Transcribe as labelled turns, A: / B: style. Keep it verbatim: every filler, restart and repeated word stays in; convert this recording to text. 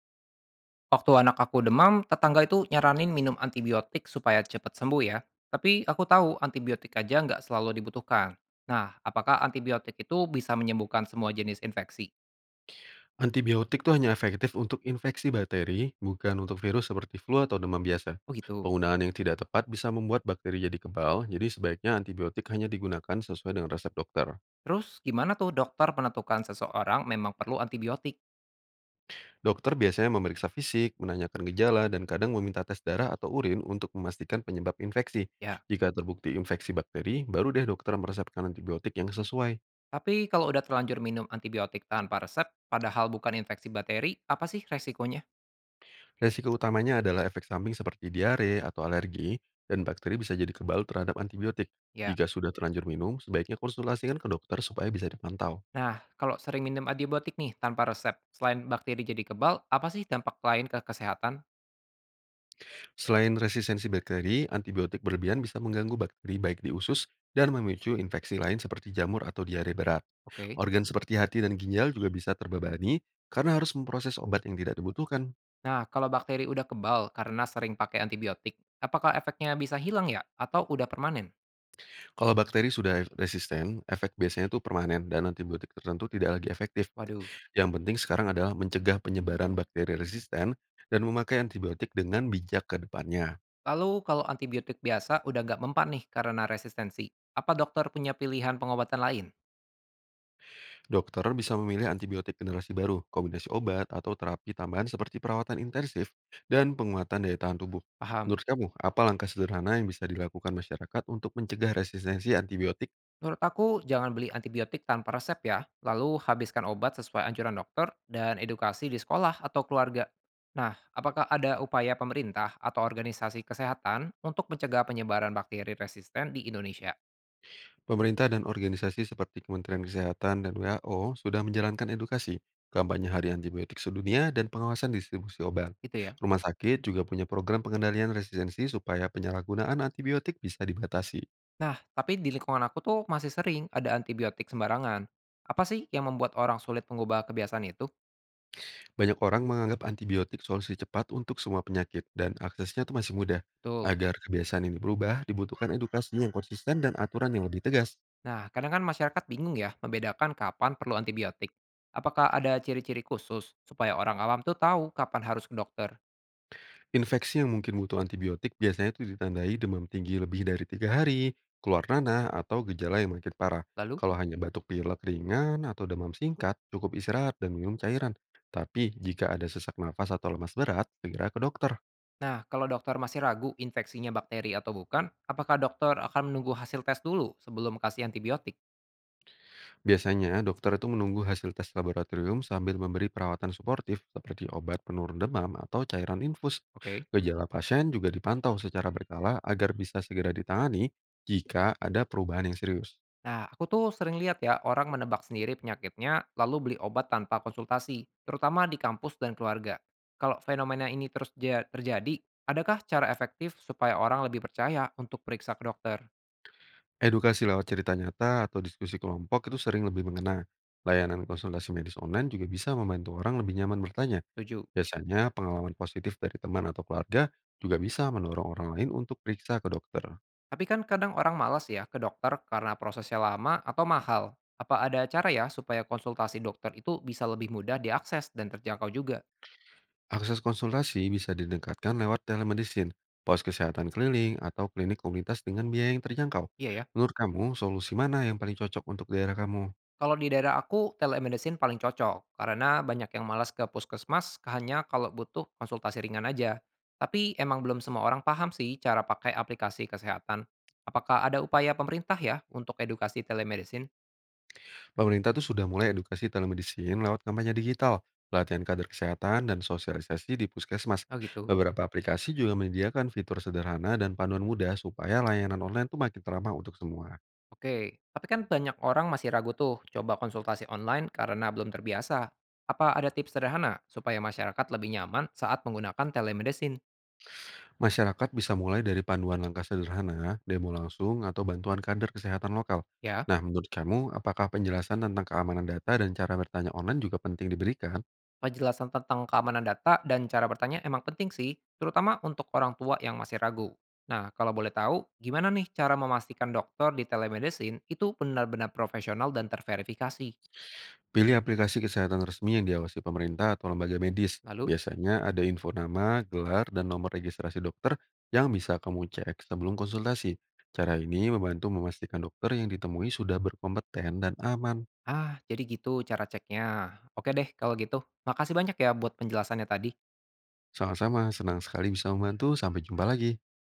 A: Waktu anak aku demam, tetangga itu nyaranin minum antibiotik supaya cepat sembuh ya. Tapi aku tahu antibiotik aja nggak selalu dibutuhkan. Nah, apakah antibiotik itu bisa menyembuhkan semua jenis infeksi?
B: Antibiotik itu hanya efektif untuk infeksi bakteri, bukan untuk virus seperti flu atau demam biasa.
A: Oh gitu.
B: Penggunaan yang tidak tepat bisa membuat bakteri jadi kebal, jadi sebaiknya antibiotik hanya digunakan sesuai dengan resep dokter.
A: Terus gimana tuh dokter menentukan seseorang memang perlu antibiotik?
B: Dokter biasanya memeriksa fisik, menanyakan gejala, dan kadang meminta tes darah atau urin untuk memastikan penyebab infeksi.
A: Ya,
B: Jika terbukti infeksi bakteri, baru deh dokter meresepkan antibiotik yang sesuai.
A: tapi kalau udah terlanjur minum antibiotik tanpa resep, padahal bukan infeksi bakteri, apa sih resikonya?
B: Resiko utamanya adalah efek samping seperti diare atau alergi, dan bakteri bisa jadi kebal terhadap antibiotik.
A: Ya.
B: Jika sudah terlanjur minum, sebaiknya konsultasikan ke dokter supaya bisa dipantau.
A: Nah, kalau sering minum antibiotik nih tanpa resep, selain bakteri jadi kebal, apa sih dampak lain ke kesehatan?
B: Selain resistensi bakteri, antibiotik berlebihan bisa mengganggu bakteri baik di usus dan memicu infeksi lain seperti jamur atau diare berat.
A: Oke.
B: Organ seperti hati dan ginjal juga bisa terbebani karena harus memproses obat yang tidak dibutuhkan.
A: Nah, kalau bakteri udah kebal karena sering pakai antibiotik, apakah efeknya bisa hilang ya? Atau udah permanen?
B: Kalau bakteri sudah resisten, efek biasanya itu permanen dan antibiotik tertentu tidak lagi efektif.
A: Waduh.
B: Yang penting sekarang adalah mencegah penyebaran bakteri resisten dan memakai antibiotik dengan bijak ke depannya.
A: Lalu kalau antibiotik biasa udah nggak mempan nih karena resistensi, apa dokter punya pilihan pengobatan lain?
B: Dokter bisa memilih antibiotik generasi baru, kombinasi obat, atau terapi tambahan seperti perawatan intensif dan penguatan daya tahan tubuh.
A: Paham.
B: Menurut kamu, apa langkah sederhana yang bisa dilakukan masyarakat untuk mencegah resistensi antibiotik?
A: Menurut aku, jangan beli antibiotik tanpa resep ya, lalu habiskan obat sesuai anjuran dokter dan edukasi di sekolah atau keluarga. Nah, apakah ada upaya pemerintah atau organisasi kesehatan untuk mencegah penyebaran bakteri resisten di Indonesia?
B: Pemerintah dan organisasi seperti Kementerian Kesehatan dan W H O sudah menjalankan edukasi, kampanye Hari antibiotik sedunia, dan pengawasan distribusi obat.
A: Gitu ya.
B: Rumah sakit juga punya program pengendalian resistensi supaya penyalahgunaan antibiotik bisa dibatasi.
A: Nah, tapi di lingkungan aku tuh masih sering ada antibiotik sembarangan. Apa sih yang membuat orang sulit mengubah kebiasaan itu?
B: Banyak orang menganggap antibiotik solusi cepat untuk semua penyakit dan aksesnya itu masih mudah.
A: Betul.
B: Agar kebiasaan ini berubah, dibutuhkan edukasi yang konsisten dan aturan yang lebih tegas.
A: Nah, kadang kan masyarakat bingung ya membedakan kapan perlu antibiotik. Apakah ada ciri-ciri khusus supaya orang awam tuh tahu kapan harus ke dokter?
B: Infeksi yang mungkin butuh antibiotik biasanya itu ditandai demam tinggi lebih dari tiga hari, keluar nanah, atau gejala yang makin parah.
A: Lalu,
B: Kalau hanya batuk pilek ringan atau demam singkat, cukup istirahat dan minum cairan. Tapi jika ada sesak nafas atau lemas berat, segera ke dokter.
A: nah, kalau dokter masih ragu infeksinya bakteri atau bukan, apakah dokter akan menunggu hasil tes dulu sebelum kasih antibiotik?
B: Biasanya dokter itu menunggu hasil tes laboratorium sambil memberi perawatan suportif seperti obat penurun demam atau cairan infus.
A: Oke.
B: Gejala pasien juga dipantau secara berkala agar bisa segera ditangani jika ada perubahan yang serius.
A: Nah, aku tuh sering lihat ya orang menebak sendiri penyakitnya lalu beli obat tanpa konsultasi, terutama di kampus dan keluarga. Kalau fenomena ini terus ja- terjadi, adakah cara efektif supaya orang lebih percaya untuk periksa ke dokter?
B: Edukasi lewat cerita nyata atau diskusi kelompok itu sering lebih mengena. Layanan konsultasi medis online juga bisa membantu orang lebih nyaman bertanya.
A: Setuju.
B: Biasanya pengalaman positif dari teman atau keluarga juga bisa mendorong orang lain untuk periksa ke dokter.
A: Tapi kan kadang orang malas ya ke dokter karena prosesnya lama atau mahal. Apa ada cara ya supaya konsultasi dokter itu bisa lebih mudah diakses dan terjangkau juga?
B: Akses konsultasi bisa didekatkan lewat telemedicine, pos kesehatan keliling, atau klinik komunitas dengan biaya yang terjangkau.
A: Iya ya.
B: Menurut kamu, solusi mana yang paling cocok untuk daerah kamu?
A: Kalau di daerah aku, telemedicine paling cocok karena banyak yang malas ke puskesmas hanya kalau butuh konsultasi ringan aja. Tapi emang belum semua orang paham sih cara pakai aplikasi kesehatan. Apakah ada upaya pemerintah ya untuk edukasi telemedicine?
B: Pemerintah tuh sudah mulai edukasi telemedicine lewat kampanye digital, pelatihan kader kesehatan, dan sosialisasi di puskesmas.
A: Oh gitu.
B: Beberapa aplikasi juga menyediakan fitur sederhana dan panduan mudah supaya layanan online tuh makin teramah untuk semua.
A: Oke, tapi kan banyak orang masih ragu tuh coba konsultasi online karena belum terbiasa. Apa ada tips sederhana supaya masyarakat lebih nyaman saat menggunakan telemedicine?
B: Masyarakat bisa mulai dari panduan langkah sederhana, demo langsung, atau bantuan kader kesehatan lokal.
A: Ya.
B: Nah, menurut kamu, apakah penjelasan tentang keamanan data dan cara bertanya online juga penting diberikan?
A: Penjelasan tentang keamanan data dan cara bertanya emang penting sih, terutama untuk orang tua yang masih ragu. Nah, kalau boleh tahu, gimana nih cara memastikan dokter di telemedicine itu benar-benar profesional dan terverifikasi?
B: Pilih aplikasi kesehatan resmi yang diawasi pemerintah atau lembaga medis.
A: Lalu,
B: Biasanya ada info nama, gelar, dan nomor registrasi dokter yang bisa kamu cek sebelum konsultasi. Cara ini membantu memastikan dokter yang ditemui sudah berkompeten dan aman.
A: ah, jadi gitu cara ceknya. Oke deh, kalau gitu. Makasih banyak ya buat penjelasannya tadi.
B: Sama-sama, senang sekali bisa membantu. Sampai jumpa lagi.